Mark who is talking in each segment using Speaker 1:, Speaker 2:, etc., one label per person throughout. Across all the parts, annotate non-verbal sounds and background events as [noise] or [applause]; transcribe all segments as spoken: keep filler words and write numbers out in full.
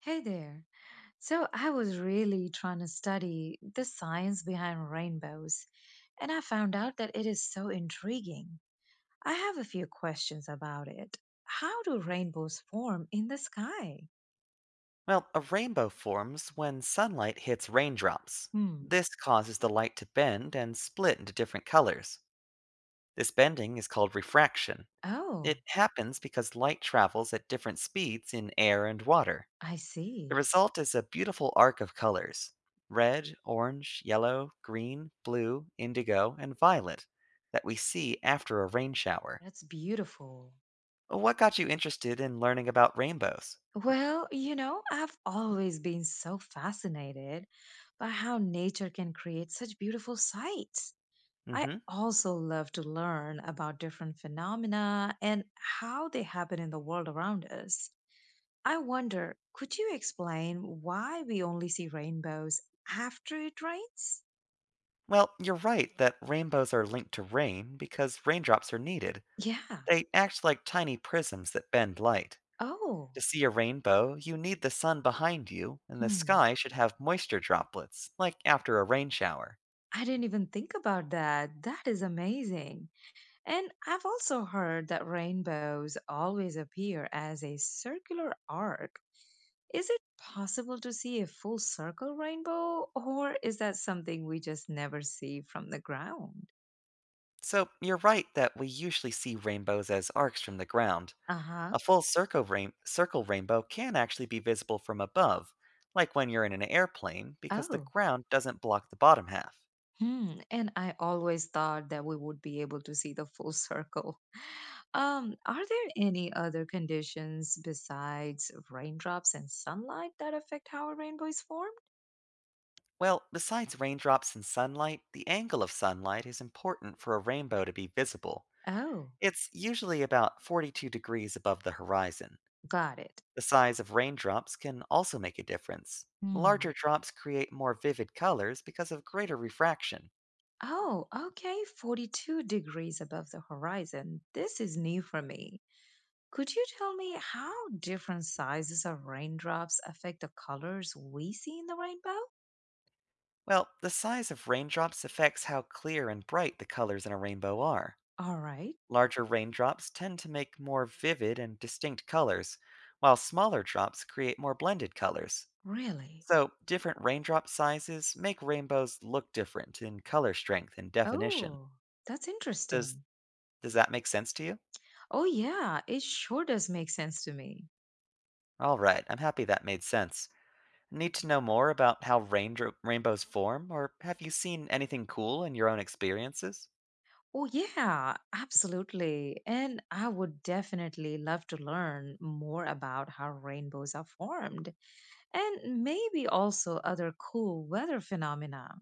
Speaker 1: Hey there. So I was really trying to study the science behind rainbows, and I found out that it is so intriguing. I have a few questions about it. How do rainbows form in the sky?
Speaker 2: Well, a rainbow forms when sunlight hits raindrops.
Speaker 1: Hmm.
Speaker 2: This causes the light to bend and split into different colors. This bending is called refraction.
Speaker 1: Oh,
Speaker 2: It happens because light travels at different speeds in air and water.
Speaker 1: I
Speaker 2: The
Speaker 1: see.
Speaker 2: result is a beautiful arc of colors, red, orange, yellow, green, blue, indigo, and violet, that we see after a rain shower.
Speaker 1: That's beautiful.
Speaker 2: What got you interested in learning about rainbows?
Speaker 1: Well, you know, I've always been so fascinated by how nature can create such beautiful sights.
Speaker 2: Mm
Speaker 1: I
Speaker 2: hmm.
Speaker 1: also love to learn about different phenomena and how they happen in the world around us. I wonder, could you explain why we only see rainbows after it rains?
Speaker 2: Well, you're right that rainbows are linked to rain because raindrops are needed.
Speaker 1: Yeah.
Speaker 2: They act like tiny prisms that bend light.
Speaker 1: Oh,
Speaker 2: To see a rainbow, you need the sun behind you, and the
Speaker 1: hmm.
Speaker 2: sky should have moisture droplets, like after a rain shower.
Speaker 1: I didn't even think about that. That is amazing. And I've also heard that rainbows always appear as a circular arc. Is it possible to see a full circle rainbow, or is that something we just never see from the ground?
Speaker 2: So you're right that we usually see rainbows as arcs from the ground.
Speaker 1: Uh
Speaker 2: A
Speaker 1: huh.
Speaker 2: full circle, rain- circle rainbow can actually be visible from above, like when you're in an airplane, because the
Speaker 1: Oh.
Speaker 2: ground doesn't block the bottom half.
Speaker 1: Hmm. And I always thought that we would be able to see the full circle. [laughs] Um, are there any other conditions besides raindrops and sunlight that affect how a rainbow is formed?
Speaker 2: Well, besides raindrops and sunlight, the angle of sunlight is important for a rainbow to be visible.
Speaker 1: Oh,
Speaker 2: It's usually about forty-two degrees above the horizon.
Speaker 1: got it.
Speaker 2: The size of raindrops can also make a difference. Larger
Speaker 1: Hmm.
Speaker 2: drops create more vivid colors because of greater refraction.
Speaker 1: Oh, okay. forty-two degrees above the horizon. This is new for me. Could you tell me how different sizes of raindrops affect the colors we see in the rainbow?
Speaker 2: Well, the size of raindrops affects how clear and bright the colors in a rainbow are.
Speaker 1: All right.
Speaker 2: Larger raindrops tend to make more vivid and distinct colors, while smaller drops create more blended colors.
Speaker 1: Really?
Speaker 2: So, different raindrop sizes make rainbows look different in color strength and definition.
Speaker 1: Oh, that's
Speaker 2: Does
Speaker 1: interesting.
Speaker 2: does that make sense to you?
Speaker 1: Oh, yeah, it sure does make sense to me.
Speaker 2: All right, I'm happy that made sense. Need to know more about how raindro- rainbows form, or have you seen anything cool in your own experiences?
Speaker 1: Oh, yeah, absolutely. And I would definitely love to learn more about how rainbows are formed and maybe also other cool weather phenomena.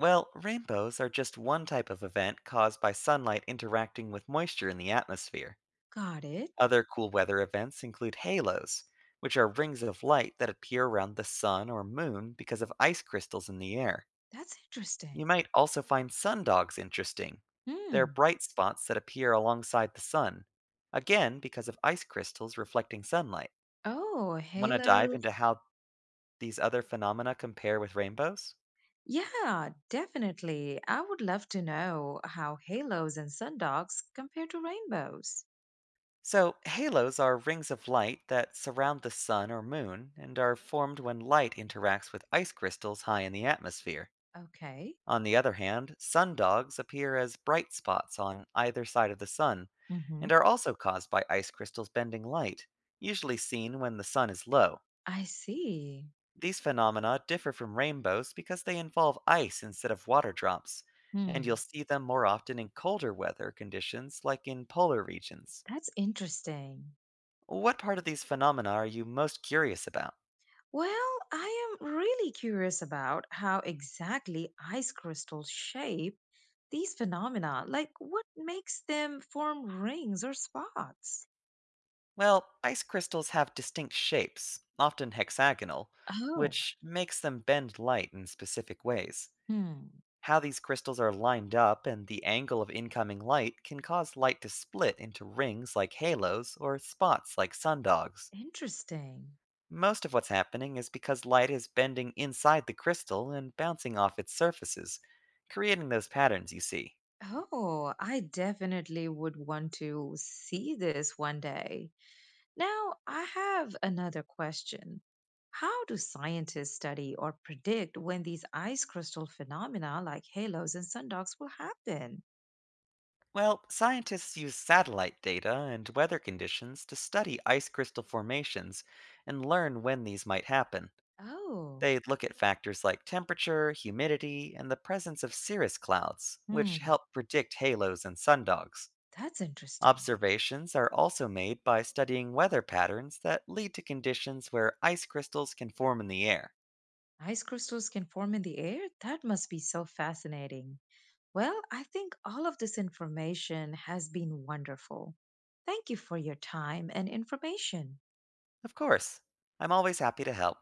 Speaker 2: Well, rainbows are just one type of event caused by sunlight interacting with moisture in the atmosphere.
Speaker 1: Got it.
Speaker 2: Other cool weather events include halos, which are rings of light that appear around the sun or moon because of ice crystals in the air.
Speaker 1: That's interesting.
Speaker 2: You might also find sundogs interesting. They're
Speaker 1: Hmm.
Speaker 2: bright spots that appear alongside the sun, again because of ice crystals reflecting sunlight.
Speaker 1: Oh,
Speaker 2: Want to dive
Speaker 1: halos.
Speaker 2: into how these other phenomena compare with rainbows?
Speaker 1: Yeah, definitely. I would love to know how halos and sundogs compare to rainbows.
Speaker 2: So, halos are rings of light that surround the sun or moon and are formed when light interacts with ice crystals high in the atmosphere.
Speaker 1: Okay.
Speaker 2: On the other hand, sundogs appear as bright spots on either side of the sun and
Speaker 1: Hmm.
Speaker 2: are also caused by ice crystals bending light, usually seen when the sun is low.
Speaker 1: I see.
Speaker 2: These phenomena differ from rainbows because they involve ice instead of water drops, and you'll
Speaker 1: Hmm.
Speaker 2: see them more often in colder weather conditions like in polar regions.
Speaker 1: That's interesting.
Speaker 2: What part of these phenomena are you most curious about?
Speaker 1: Well, I am really curious about how exactly ice crystals shape these phenomena. Like, what makes them form rings or spots?
Speaker 2: Well, ice crystals have distinct shapes, often hexagonal,
Speaker 1: Oh,
Speaker 2: which makes them bend light in specific ways.
Speaker 1: hmm.
Speaker 2: How these crystals are lined up and the angle of incoming light can cause light to split into rings like halos or spots like sundogs.
Speaker 1: Interesting.
Speaker 2: Most of what's happening is because light is bending inside the crystal and bouncing off its surfaces, creating those patterns you see.
Speaker 1: Oh, I definitely would want to see this one day. Now, I have another question. How do scientists study or predict when these ice crystal phenomena like halos and sundogs will happen?
Speaker 2: Well, scientists use satellite data and weather conditions to study ice crystal formations and learn when these might happen.
Speaker 1: Oh,
Speaker 2: They look at factors like temperature, humidity, and the presence of cirrus clouds, which
Speaker 1: hmm,
Speaker 2: help predict halos and sundogs.
Speaker 1: that's interesting.
Speaker 2: Observations are also made by studying weather patterns that lead to conditions where ice crystals can form in the air.
Speaker 1: Ice crystals can form in the air? That must be so fascinating. Well, I think all of this information has been wonderful. Thank you for your time and information.
Speaker 2: Of course, I'm always happy to help.